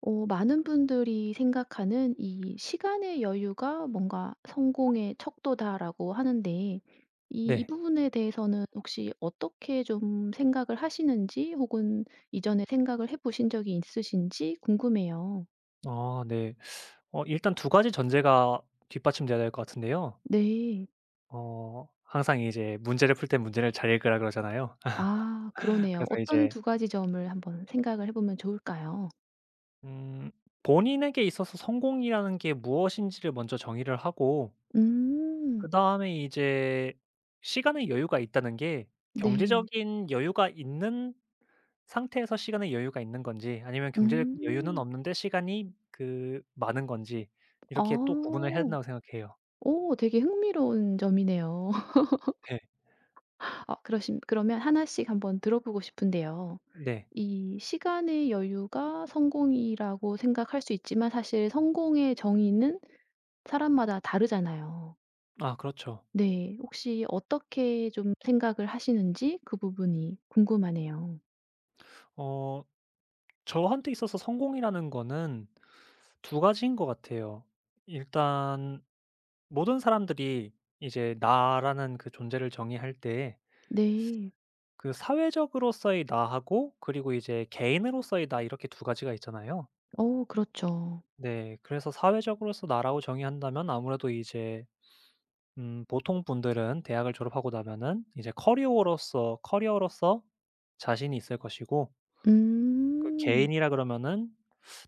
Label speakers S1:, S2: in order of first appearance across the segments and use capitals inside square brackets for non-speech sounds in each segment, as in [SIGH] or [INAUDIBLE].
S1: 어 많은 분들이 생각하는 이 시간의 여유가 뭔가 '성공의 척도다.'라고 하는데 이
S2: 네.
S1: 부분에 대해서는 혹시 어떻게 좀 생각을 하시는지 혹은 이전에 생각을 해 보신 적이 있으신지 궁금해요.
S2: 아 네. 일단 두 가지 전제가 뒷받침돼야 될 것 같은데요.
S1: 네.
S2: 항상 이제 문제를 풀 때 문제를 잘 읽으라 그러잖아요.
S1: 아
S2: [LAUGHS]
S1: 그러네요.
S2: 그래서
S1: 어떤
S2: 이제
S1: 두 가지 점을 한번 생각을 해 보면 좋을까요?
S2: 음 본인에게 있어서 성공이라는 게 무엇인지를 먼저 정의를 하고,
S1: 음.
S2: 그다음에 이제 시간의 여유가 있다는 게
S1: 네.
S2: 경제적인 여유가 있는 상태에서 시간의 여유가 있는 건지, 아니면 경제적 여유는
S1: 음.
S2: 없는데 시간이 그 많은 건지
S1: 아.
S2: 이렇게 또 구분을 해야 된다고 생각해요.
S1: 오, 되게 흥미로운 점이네요.
S2: 네.
S1: 어 그러신 그러면 하나씩 한번 들어보고 싶은데요.
S2: 네.
S1: 이 시간의 여유가 성공이라고 생각할 수 있지만 사실 성공의 정의는 사람마다 다르잖아요.
S2: 아 그렇죠.
S1: 네. 혹시 어떻게 좀 생각을 하시는지 그 부분이 궁금하네요.
S2: 어 저한테 있어서 성공이라는 거는 두 가지인 것 같아요. 일단 모든 사람들이 이제 나라는 그 존재를 정의할 때
S1: 네.
S2: 그 사회적으로서의 나하고, 그리고 이제 개인으로서의 나 이렇게 두 가지가 있잖아요.
S1: 어 그렇죠.
S2: 네. 그래서 사회적으로서 나라고 정의한다면 아무래도 이제 보통 분들은 대학을 졸업하고 나면은 이제 커리어로서 자신이 있을 것이고, 그
S1: 음.
S2: 개인이라 그러면은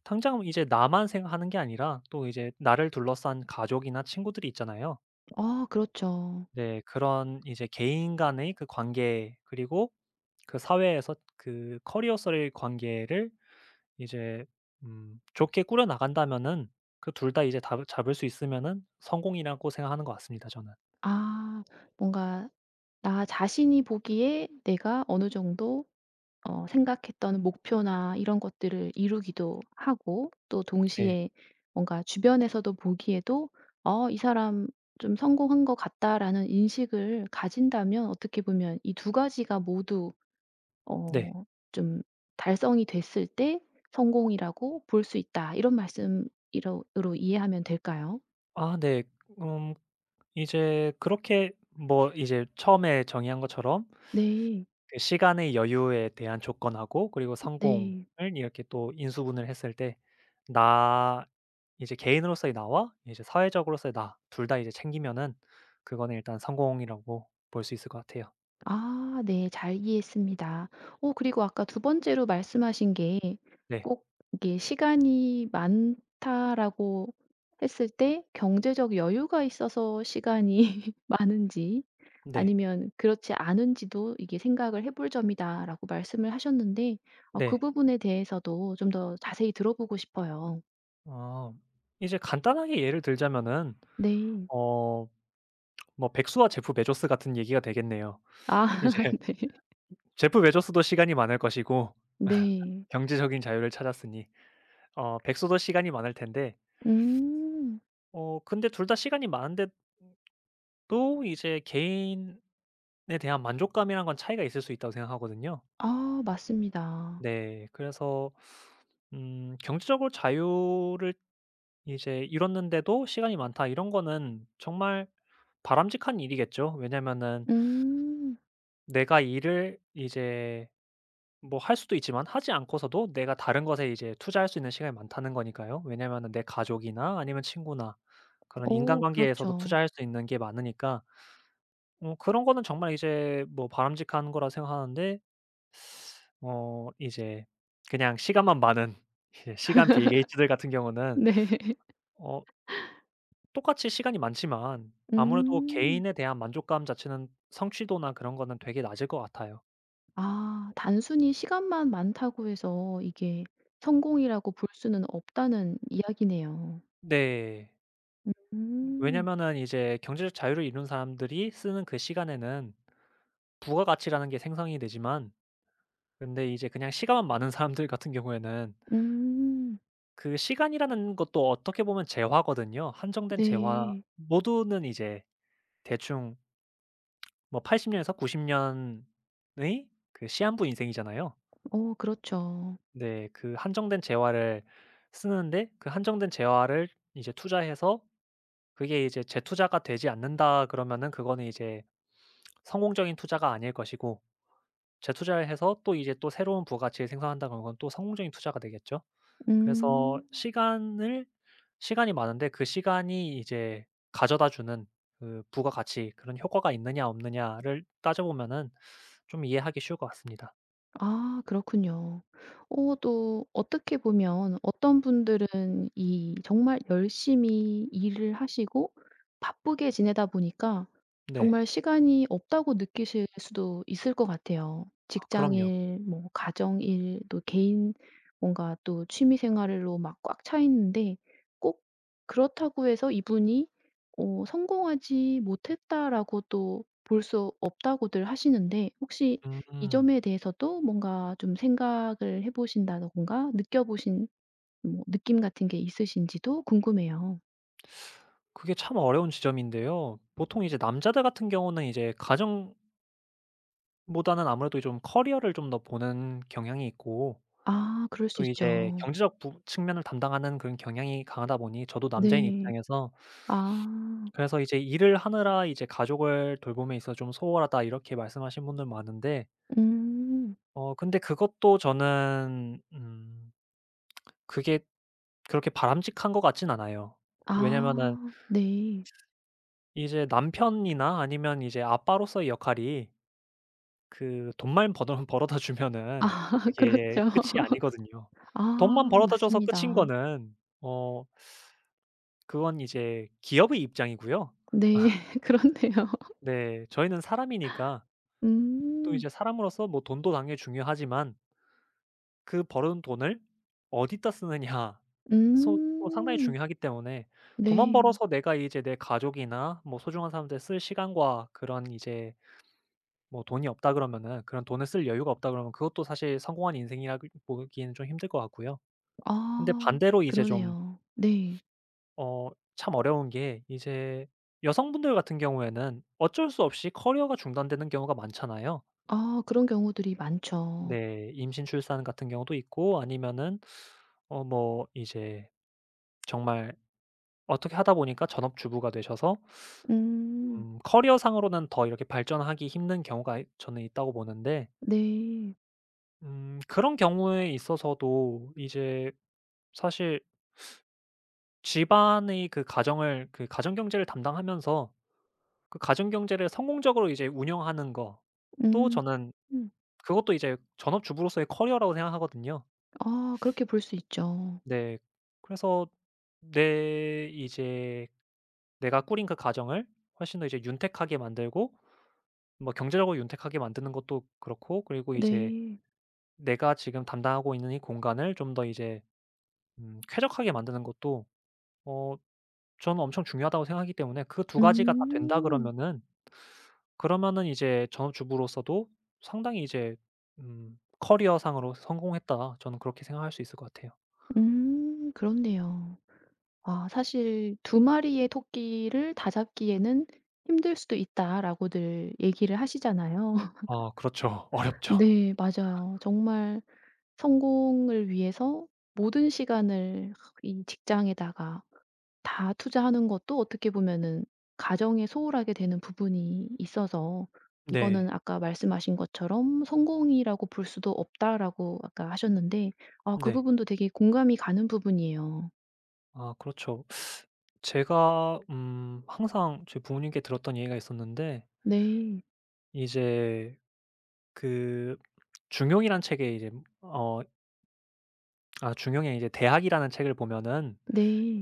S2: 당장 이제 나만 생각하는 게 아니라 또 이제 나를 둘러싼 가족이나 친구들이 있잖아요.
S1: 아 그렇죠.
S2: 네. 그런 이제 개인 간의 그 관계, 그리고 그 사회에서 그 커리어설의 관계를 이제 좋게 꾸려 나간다면은 그 둘 다 이제 다 잡을 수 있으면은 성공이라고 생각하는 것 같습니다 저는.
S1: 아, 뭔가 나 자신이 보기에 내가 어느 정도 어 생각했던 목표나 이런 것들을 이루기도 하고 또
S2: 네.
S1: 동시에 뭔가 주변에서도 보기에도 '어 이 사람 좀 성공한 것 같다.'라는 인식을 가진다면 어떻게 보면 이 두 가지가 모두
S2: 네.
S1: 어 좀 '달성이 됐을 때 성공이라고 볼 수 있다.' 이런 말씀 으로 이해하면 될까요?
S2: 아 네. 음 이제 그렇게, 뭐 이제 처음에 정의한 것처럼
S1: 네.
S2: 그 시간의 여유에 대한 조건하고 그리고 성공을
S1: 네.
S2: 이렇게 또 인수분해를 했을 때 나 이제 개인으로서의 나와 이제 사회적으로서의 나 둘 다 이제 챙기면은 그거는 일단 성공이라고 볼 수 있을 것 같아요.
S1: 아 네. 잘 이해했습니다. 오, 그리고 아까 두 번째로 말씀하신 게
S2: 네.
S1: 꼭 이게 시간이 많다라고 했을 때 경제적 여유가 있어서 시간이 [LAUGHS] 많은지
S2: 네.
S1: 아니면 그렇지 않은지도 이게 생각을 해볼 점이다라고 말씀을 하셨는데 어 그
S2: 네.
S1: 부분에 대해서도 좀 더 자세히 들어보고 싶어요.
S2: 어 이제 간단하게 예를 들자면은
S1: 네.
S2: 어 뭐 백수와 제프 베조스 같은 얘기가 되겠네요.
S1: 아
S2: 이제
S1: [LAUGHS]
S2: [LAUGHS]
S1: 네.
S2: 제프 베조스도 시간이 많을 것이고
S1: 네.
S2: 경제적인 자유를 찾았으니, 백수도 시간이 많을 텐데
S1: 음.
S2: 근데 둘 다 시간이 많은데 또 이제 개인에 대한 만족감이란 건 차이가 있을 수 있다고 생각하거든요.
S1: 아 맞습니다.
S2: 네. 그래서 경제적으로 자유를 이제 이뤘는데도 시간이 많다, 이런 거는 정말 바람직한 일이겠죠. 왜냐면은
S1: 음.
S2: 내가 일을 이제 뭐 할 수도 있지만 하지 않고서도 내가 다른 것에 이제 투자할 수 있는 시간이 많다는 거니까요. 왜냐면은 내 가족이나 아니면 친구나 그런
S1: 오,
S2: 인간관계에서도
S1: 그렇죠.
S2: 투자할 수 있는 게 많으니까. 그런 거는 정말 이제 뭐 바람직한 거라 생각하는데, 이제 그냥 시간만 많은 [LAUGHS] 이제 시간 빌 게이츠들 같은 경우는
S1: 네.
S2: 어 똑같이 시간이 많지만 아무래도
S1: 음.
S2: 개인에 대한 만족감 자체는, 성취도나 그런 거는 되게 낮을 것 같아요.
S1: 아 단순히 시간만 많다고 해서 이게 성공이라고 볼 수는 없다는 이야기네요.
S2: 네.
S1: 음.
S2: 왜냐면은 이제 경제적 자유를 이룬 사람들이 쓰는 그 시간에는 부가가치라는 게 생성이 되지만, 근데 이제 그냥 시간만 많은 [LAUGHS] 사람들 같은 경우에는
S1: 음.
S2: 그 시간이라는 것도 어떻게 보면 재화거든요. 한정된 재화.
S1: 네.
S2: 모두는 이제 대충 뭐 80 년에서 90년의 그 시한부 인생이잖아요.
S1: 어 그렇죠.
S2: 네. 그 한정된 재화를 쓰는데, 그 한정된 재화를 이제 투자해서 그게 이제 '재투자가 되지 않는다.' 그러면은 그거는 이제 성공적인 투자가 아닐 것이고, 재투자를 해서 또 이제 또 새로운 부가치를 생성한다 그러면 그건 또 성공적인 투자가 되겠죠. 그래서
S1: 음.
S2: 시간을 시간이 많은데 그 시간이 이제 가져다 주는 그 부가가치, 그런 효과가 있느냐 없느냐를 따져보면은 좀 이해하기 쉬울 것 같습니다.
S1: 아 그렇군요. 어 또 어떻게 보면 어떤 분들은 이 정말 열심히 일을 하시고 바쁘게 지내다 보니까
S2: 네.
S1: 정말 시간이 없다고 느끼실 수도 있을 것 같아요.
S2: 아 그럼요.
S1: 직장일, 뭐 가정일, 또 개인 뭔가 또 취미 생활로 막 꽉 차 있는데 꼭 그렇다고 해서 이분이 어 '성공하지 못했다.'라고 또 볼 수 없다고들 하시는데 혹시 이
S2: 음.
S1: 점에 대해서도 뭔가 좀 생각을 해 보신다든가 느껴 보신 뭐 느낌 같은 게 있으신지도 궁금해요.
S2: 그게 참 어려운 지점인데요. 보통 이제 남자들 같은 경우는 이제 가정보다는 아무래도 좀 커리어를 좀 더 보는 경향이 있고,
S1: 아 그럴 수
S2: 또 이제
S1: 있죠.
S2: 경제적 부 측면을 담당하는 그런 경향이 강하다 보니 저도 남자인
S1: 네.
S2: 입장에서,
S1: 아.
S2: 그래서 이제 "일을 하느라 이제 가족을 돌봄에 있어 좀 소홀하다." 이렇게 말씀하신 분들 많은데,
S1: 음.
S2: 근데 그것도 저는 그게 그렇게 바람직한 것 같진 않아요. 왜냐면은
S1: 아 네.
S2: 이제 남편이나 아니면 이제 아빠로서의 역할이 그 돈만 [LAUGHS] 버더 벌어다 주면은
S1: 아 [LAUGHS]
S2: 그게 이제
S1: 그렇죠.
S2: 끝이 아니거든요.
S1: 아
S2: 돈만 벌어다 줘서 끝인
S1: 맞습니다.
S2: 거는 그건 이제 기업의 입장이고요.
S1: 네. [LAUGHS] 그렇네요.
S2: 네, 저희는 사람이니까 또
S1: 음.
S2: 이제 사람으로서 뭐 돈도 당연히 중요하지만 그 벌어 둔 돈을 어디다 쓰느냐 소 또 상당히
S1: 음.
S2: 중요하기 때문에, 돈만
S1: 네.
S2: 벌어서 내가 이제 내 가족이나 뭐 소중한 사람들 쓸 시간과 그런 이제 뭐 돈이 없다 그러면은, 그런 돈을 쓸 여유가 없다 그러면 그것도 사실 성공한 인생이라 보기에는 좀 힘들 것 같고요. 근데
S1: 아
S2: 반대로 이제 좀
S1: 그러네요. 네.
S2: 어 참 어려운 게, 이제 여성분들 같은 경우에는 어쩔 수 없이 커리어가 중단되는 경우가 많잖아요.
S1: 아 그런 경우들이 많죠.
S2: 네. 임신, 출산 같은 경우도 있고 아니면은 뭐 이제 정말 어떻게 하다 보니까 전업주부가 되셔서
S1: 음.
S2: 커리어상으로는 더 이렇게 발전하기 힘든 경우가 저는 있다고 보는데,
S1: 네.
S2: 그런 경우에 있어서도 이제 사실 집안의 그 가정을, 그 가정 경제를 담당하면서 그 가정 경제를 성공적으로 이제 운영하는 거 또
S1: 음.
S2: 저는
S1: 음.
S2: 그것도 이제 전업주부로서의 커리어라고 생각하거든요.
S1: 아 그렇게 볼 수 있죠.
S2: 네. 그래서 내 이제 내가 꾸린 그 가정을 훨씬 더 이제 윤택하게 만들고, 뭐 경제적으로 윤택하게 만드는 것도 그렇고, 그리고 이제
S1: 네.
S2: 내가 지금 담당하고 있는 이 공간을 좀 더 이제 쾌적하게 만드는 것도 어 저는 엄청 중요하다고 생각하기 때문에 그 두 가지가 다 된다
S1: 음.
S2: 그러면은, 이제 전업주부로서도 상당히 이제 '커리어상으로 성공했다.' 저는 그렇게 생각할 수 있을 것 같아요.
S1: 그렇네요. 아 사실 두 마리의 토끼를 다 잡기에는 힘들 수도 있다."라고들 얘기를 하시잖아요. [LAUGHS]
S2: 아 그렇죠. [LAUGHS] 어렵죠.
S1: 네 맞아요. 정말 성공을 위해서 모든 시간을 이 직장에다가 다 투자하는 것도 어떻게 보면은 가정에 소홀하게 되는 부분이 있어서 이거는
S2: 네.
S1: 아까 말씀하신 것처럼 '성공이라고 볼 수도 없다.'라고 아까 하셨는데 아 그
S2: 네.
S1: 부분도 되게 공감이 가는 부분이에요.
S2: 아 그렇죠. 제가 항상 저희 부모님께 들었던 얘기가 있었는데
S1: 네.
S2: 이제 그 중용이란 책에 이제 어 아 중용의 이제 대학이라는 책을 보면은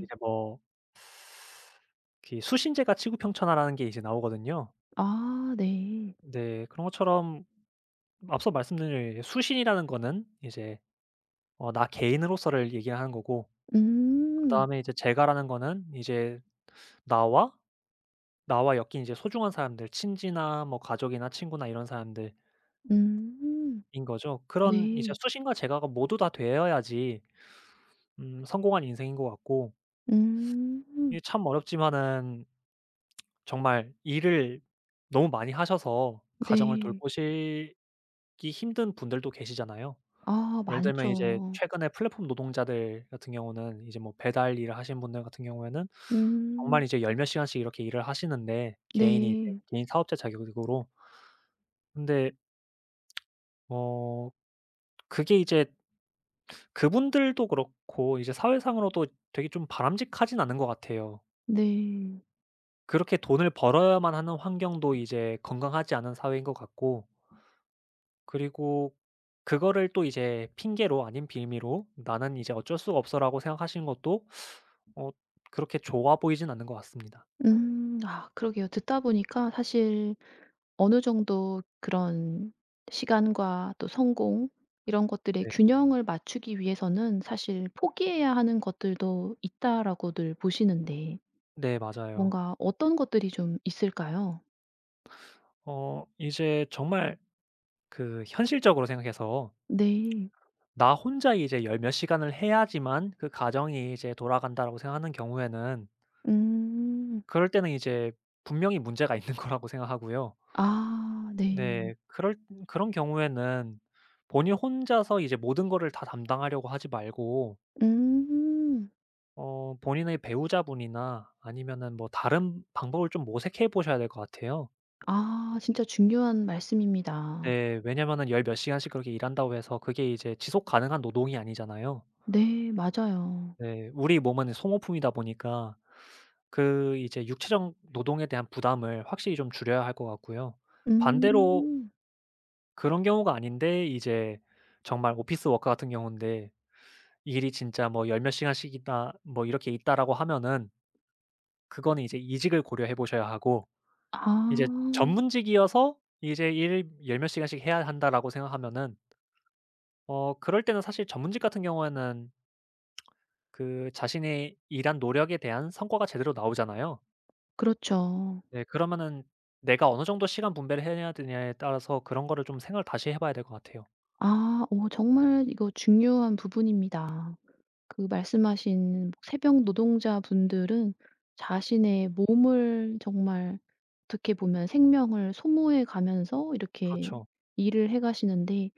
S2: 이제 뭐 이렇게 수신제가 치구평천하라는 게 이제 나오거든요.
S1: 아 네.
S2: 네. 그런 것처럼 앞서 말씀드린 대로 수신이라는 거는 이제 나 개인으로서를 얘기하는 거고,
S1: 음.
S2: 그다음에 이제 제가라는 거는 이제 나와, 나와 엮인 이제 소중한 사람들, 친지나 뭐 가족이나 친구나 이런 사람들인
S1: 음.
S2: 거죠. 그런 이제
S1: 네.
S2: 수신과 제가가 모두 다 되어야지 성공한 인생인 것 같고, 이게
S1: 음.
S2: 참 어렵지만은 정말 일을 너무 많이 하셔서 가정을
S1: 네.
S2: 돌보시기 힘든 분들도 계시잖아요.
S1: 아
S2: 예를 들면 이제
S1: 많죠.
S2: 최근에 플랫폼 노동자들 같은 경우는, 이제 뭐 배달 일을 하시는 분들 같은 경우에는 정말
S1: 음.
S2: 이제 열 몇 시간씩 이렇게 일을 하시는데 개인이 이제
S1: 네.
S2: 개인 사업자 자격으로. 근데 어 그게 이제 그분들도 그렇고 이제 사회상으로도 되게 좀 바람직하진 않은 것 같아요.
S1: 네.
S2: 그렇게 돈을 벌어야만 하는 환경도 이제 건강하지 않은 사회인 것 같고, 그리고 그거를 또 이제 핑계로 아닌 빌미로 '나는 이제 어쩔 수가 없어.'라고 생각하시는 것도 어 그렇게 좋아 보이진 않는 것 같습니다.
S1: 음. 아 그러게요. 듣다 보니까 사실 어느 정도 그런 시간과 또 성공 이런 것들의
S2: 네.
S1: 균형을 맞추기 위해서는 사실 포기해야 하는 것들도 있다라고들 보시는데
S2: 네, 맞아요.
S1: 뭔가 어떤 것들이 좀 있을까요?
S2: 이제 정말 그 현실적으로 생각해서,
S1: 네.
S2: 나 혼자 이제 열몇 시간을 해야지만 그 가정이 이제 돌아간다라고 생각하는 경우에는,
S1: 음.
S2: 그럴 때는 이제 분명히 문제가 있는 [LAUGHS] 거라고 생각하고요.
S1: 아 네.
S2: 네 그럴 그런 경우에는 본인 혼자서 이제 모든 거를 다 담당하려고 하지 말고
S1: 음.
S2: 본인의 배우자분이나 아니면은 뭐 다른 방법을 좀 모색해 보셔야 될 것 같아요.
S1: 아 진짜 중요한 말씀입니다.
S2: 네. 왜냐면은 열 몇 시간씩 그렇게 일한다고 해서 그게 이제 지속 가능한 노동이 아니잖아요.
S1: 네 맞아요.
S2: 네. 우리 몸은 소모품이다 보니까 그 이제 육체적 노동에 대한 부담을 확실히 좀 줄여야 할 것 같고요. 반대로
S1: 음.
S2: 그런 경우가 아닌데 이제 정말 오피스 워커 같은 경우인데 일이 진짜 뭐 열 몇 시간씩이나 뭐 이렇게 있다라고 하면은 그거는 이제 이직을 고려해 보셔야 하고,
S1: 아
S2: 이제 전문직이어서 이제 일 열 몇 시간씩 해야 한다라고 생각하면은 그럴 때는 사실 전문직 같은 경우에는 그 자신의 일한 노력에 대한 성과가 제대로 나오잖아요.
S1: 그렇죠.
S2: 네 그러면은 내가 어느 정도 시간 분배를 해야 되냐에 따라서 그런 거를 좀 생각을 다시 해 봐야 될 것 같아요.
S1: 아, 오 정말 이거 중요한 부분입니다. 그 말씀하신 뭐 새벽 노동자분들은 자신의 몸을 정말 어떻게 보면 생명을 소모해 가면서 이렇게
S2: 그렇죠.
S1: 일을 해 가시는데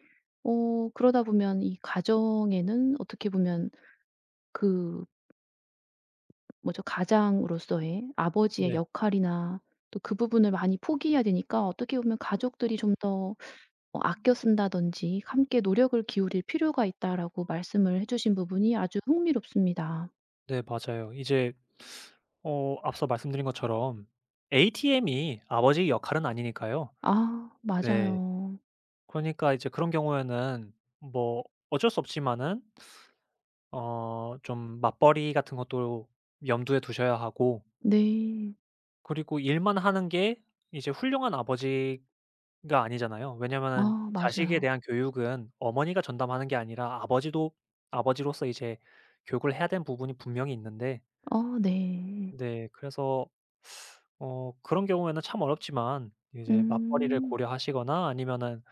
S1: 어 그러다 보면 이 가정에는 어떻게 보면 그 뭐죠 가장으로서의 아버지의
S2: 네.
S1: 역할이나 또 그 부분을 많이 포기해야 되니까 어떻게 보면 가족들이 좀더 어 아껴 쓴다든지 함께 노력을 기울일 필요가 있다라고 말씀을 해 주신 부분이 아주 흥미롭습니다.
S2: 네 맞아요. 이제 앞서 말씀드린 것처럼 ATM이 아버지 역할은 아니니까요.
S1: 아
S2: 네.
S1: 맞아요.
S2: 그러니까 이제 그런 경우에는 뭐 어쩔 수 없지만은 좀 맞벌이 같은 것도 염두에 두셔야 하고,
S1: 네.
S2: 그리고 일만 하는 게 이제 훌륭한 아버지가 아니잖아요. 왜냐면은
S1: 아
S2: 자식에
S1: 맞아요.
S2: 대한 교육은 어머니가 전담하는 게 아니라 아버지도 아버지로서 이제 교육을 해야 되는 부분이 분명히 있는데,
S1: 아 네.
S2: 네 그래서 그런 경우에는 참 어렵지만 이제 맞벌이를
S1: 음.
S2: 고려하시거나 아니면은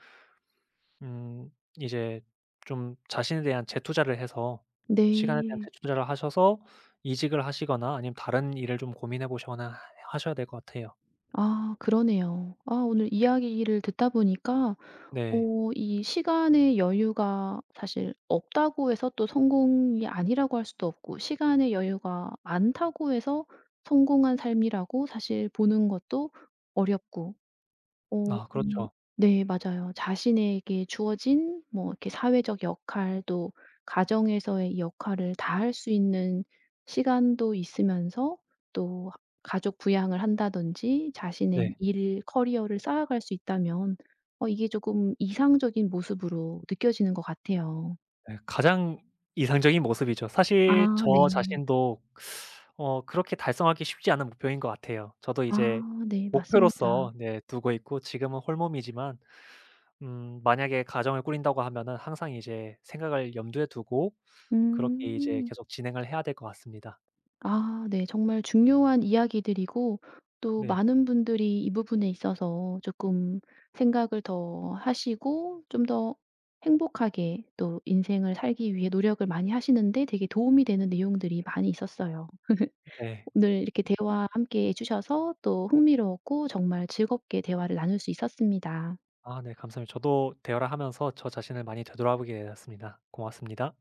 S2: 음 이제 좀 자신에 대한 재투자를 해서 시간에 대한
S1: 네.
S2: 재투자를 하셔서 이직을 하시거나 아니면 다른 일을 좀 고민해 보시거나 하 하셔야 될 것 같아요.
S1: 아 그러네요. 아 오늘 이야기를 듣다 보니까
S2: 네.
S1: 어 이 시간의 여유가 사실 없다고 해서 또 성공이 아니라고 할 수도 없고 시간의 여유가 많다고 해서 성공한 삶이라고 사실 보는 것도 어렵고 어
S2: 아
S1: 이
S2: 그렇죠.
S1: 네 맞아요. 자신에게 주어진 뭐 이렇게 사회적 역할 또 가정에서의 이 역할을 다할 수 있는 시간도 있으면서 또 가족 부양을 한다든지 자신의
S2: 네.
S1: 일 커리어를 쌓아갈 수 있다면 어 이게 조금 이상적인 모습으로 느껴지는 것 같아요.
S2: 네 가장 이상적인 모습이죠. 사실
S1: 아
S2: 저
S1: 네.
S2: 자신도 그렇게 달성하기 쉽지 않은 목표인 것 같아요. 저도 이제
S1: 아 네 맞습니다.
S2: 목표로서 네 두고 있고, 지금은 홀몸이지만 만약에 가정을 꾸린다고 하면은 항상 이제 생각을 염두에 두고 그렇게 이제
S1: 음.
S2: 계속 진행을 해야 될 것 같습니다.
S1: 아 네. 정말 중요한 이야기들이고 또
S2: 네.
S1: 많은 분들이 이 부분에 있어서 조금 생각을 더 하시고 좀 더 행복하게 또 인생을 살기 위해 노력을 많이 하시는데 되게 도움이 되는 내용들이 많이 있었어요. [LAUGHS]
S2: 네.
S1: 오늘 이렇게 대화 함께 해 주셔서 또 흥미로웠고 정말 즐겁게 대화를 나눌 수 있었습니다.
S2: 아 네, 감사합니다. 저도 대화를 하면서 저 자신을 많이 되돌아보게 되었습니다. 고맙습니다.